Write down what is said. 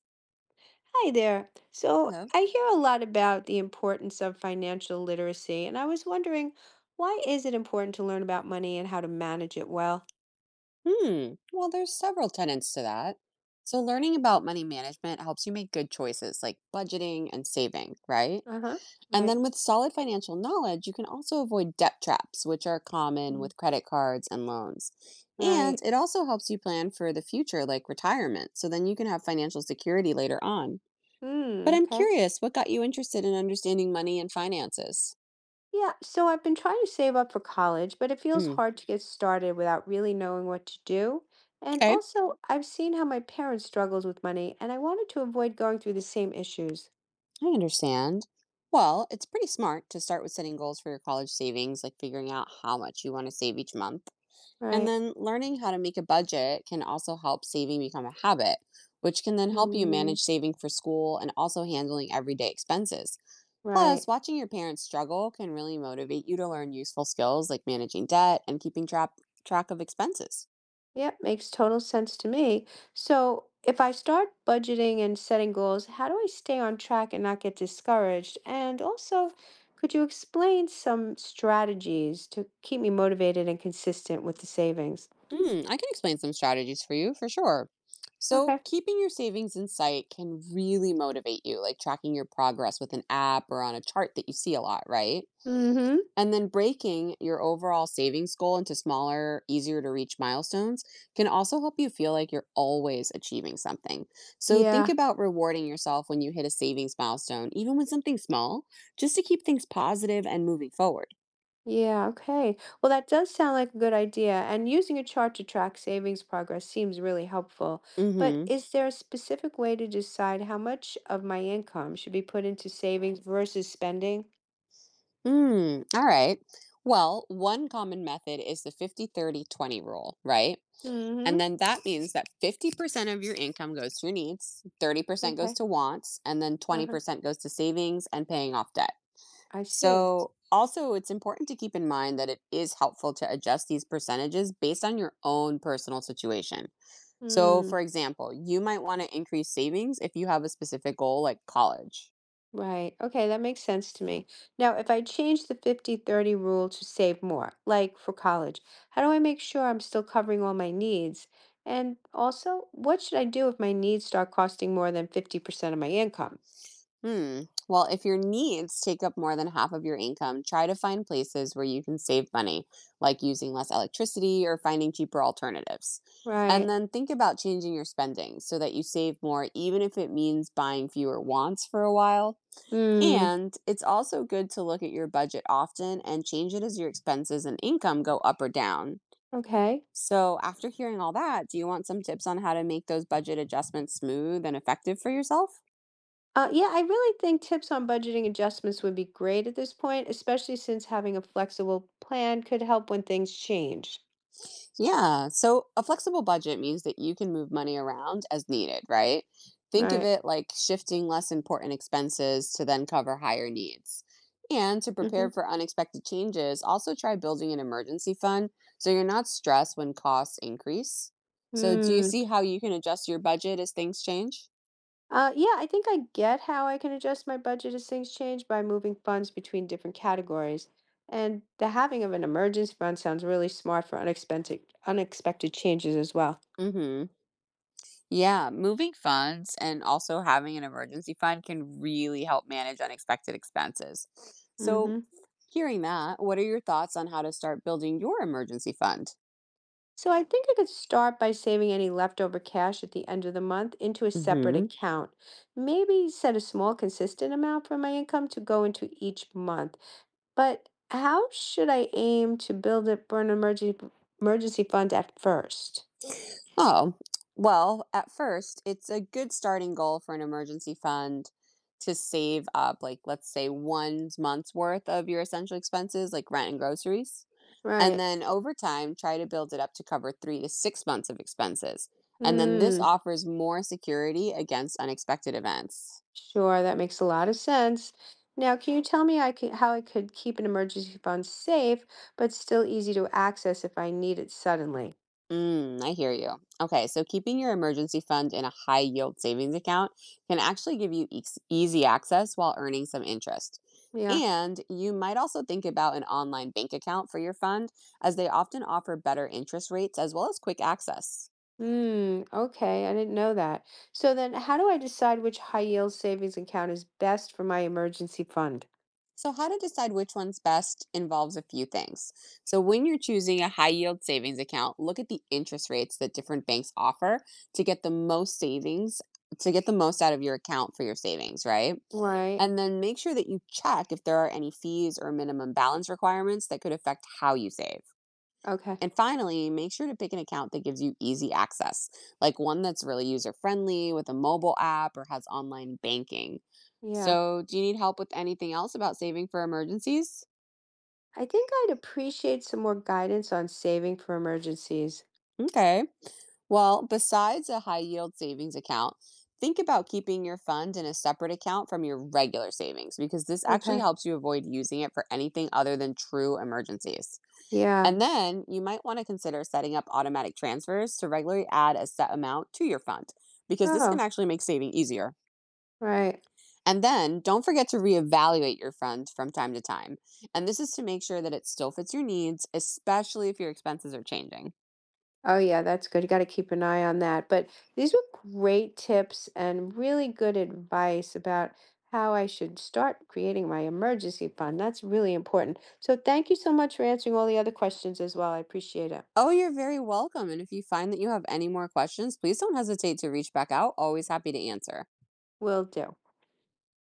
Hi there. So Hello. I hear a lot about the importance of financial literacy, and I was wondering why is it important to learn about money and how to manage it well? Hmm. Well, there's several tenets to that. So, learning about money management helps you make good choices like budgeting and saving, right? Uh-huh. And Right. then with solid financial knowledge, you can also avoid debt traps, which are common Mm, with credit cards and loans. And right. it also helps you plan for the future, like retirement, so then you can have financial security later on. But Mm, I'm okay. curious, what got you interested in understanding money and finances? Yeah, so I've been trying to save up for college, but it feels Mm. hard to get started without really knowing what to do. And Okay. also, I've seen how my parents struggles with money, and I wanted to avoid going through the same issues. I understand. Well, it's pretty smart to start with setting goals for your college savings, like figuring out how much you want to save each month. And Right. then learning how to make a budget can also help saving become a habit, which can then help you Mm, manage saving for school and also handling everyday expenses. Plus, right. watching your parents struggle can really motivate you to learn useful skills like managing debt and keeping track of expenses. Yep, makes total sense to me. So if I start budgeting and setting goals, how do I stay on track and not get discouraged? And also, could you explain some strategies to keep me motivated and consistent with the savings? Hmm, I can explain some strategies for you for sure. So, Okay. keeping your savings in sight can really motivate you, like tracking your progress with an app or on a chart that you see a lot, right? Mm-hmm. And then breaking your overall savings goal into smaller, easier to reach milestones can also help you feel like you're always achieving something. So, think Yeah. about rewarding yourself when you hit a savings milestone, even with something small, just to keep things positive and moving forward. Yeah, okay, well, that does sound like a good idea. And using a chart to track savings progress seems really helpful. Mm But hmm. is there a specific way to decide how much of my income should be put into savings versus spending? Mm, all right. Well, one common method is the 50/30/20 rule, right? And Mm-hmm. then that means that 50% of your income goes to your needs, 30% goes Okay. to wants, and then Uh-huh. 20% goes to savings and paying off debt. I see. So, also, it's important to keep in mind that it is helpful to adjust these percentages based on your own personal situation. So, for Hmm. example, you might want to increase savings if you have a specific goal like college. Right. Okay, that makes sense to me. Now, if I change the 50-30 rule to save more, like for college, how do I make sure I'm still covering all my needs? And also, what should I do if my needs start costing more than 50% of my income? Hmm. Well, if your needs take up more than half of your income, try to find places where you can save money, like using less electricity or finding cheaper alternatives. And Right. then think about changing your spending so that you save more, even if it means buying fewer wants for a while. Hmm. And it's also good to look at your budget often and change it as your expenses and income go up or down. Okay. So, after hearing all that, do you want some tips on how to make those budget adjustments smooth and effective for yourself? Yeah, I really think tips on budgeting adjustments would be great at this point, especially since having a flexible plan could help when things change. Yeah. So a flexible budget means that you can move money around as needed, right? Think of Right. it like shifting less important expenses to then cover higher needs. And to Mm-hmm. prepare for unexpected changes, also try building an emergency fund so you're not stressed when costs increase. So, do you Hmm. see how you can adjust your budget as things change? Yeah, I think I get how I can adjust my budget as things change by moving funds between different categories. And the having of an emergency fund sounds really smart for unexpected changes as well. Mm hmm. Yeah, moving funds and also having an emergency fund can really help manage unexpected expenses. So, Hmm. hearing that, what are your thoughts on how to start building your emergency fund? So I think I could start by saving any leftover cash at the end of the month into a separate Hmm. account. Maybe set a small consistent amount for my income to go into each month. But how should I aim to build up for an emergency fund at first? Oh, well, at first, it's a good starting goal for an emergency fund to save up, like, let's say, 1 month's worth of your essential expenses, like rent and groceries. And Right. then over time, try to build it up to cover 3 to 6 months of expenses. And then this Hmm. offers more security against unexpected events. Sure, that makes a lot of sense. Now, can you tell me I could, how I could keep an emergency fund safe but still easy to access if I need it suddenly? Mm, I hear you. Okay, so keeping your emergency fund in a high yield savings account can actually give you easy access while earning some interest. Yeah. And you might also think about an online bank account for your fund, as they often offer better interest rates as well as quick access. Hmm. Okay, I didn't know that. So then, how do I decide which high yield savings account is best for my emergency fund? So, how to decide which one's best involves a few things. So, when you're choosing a high yield savings account, look at the interest rates that different banks offer to get the most savings, to get the most out of your account for your savings, right? Right. And then make sure that you check if there are any fees or minimum balance requirements that could affect how you save. Okay. And finally, make sure to pick an account that gives you easy access, like one that's really user friendly with a mobile app or has online banking. Yeah. So, do you need help with anything else about saving for emergencies? I think I'd appreciate some more guidance on saving for emergencies. Okay. Well, besides a high yield savings account, think about keeping your fund in a separate account from your regular savings because this actually Okay. helps you avoid using it for anything other than true emergencies. Yeah. And then you might want to consider setting up automatic transfers to regularly add a set amount to your fund because this can Oh, actually make saving easier. right. And then don't forget to reevaluate your fund from time to time. And this is to make sure that it still fits your needs, especially if your expenses are changing. Oh, yeah, that's good. You got to keep an eye on that. But these were great tips and really good advice about how I should start creating my emergency fund. That's really important. So, thank you so much for answering all the other questions as well. I appreciate it. Oh, you're very welcome. And if you find that you have any more questions, please don't hesitate to reach back out. Always happy to answer. Will do.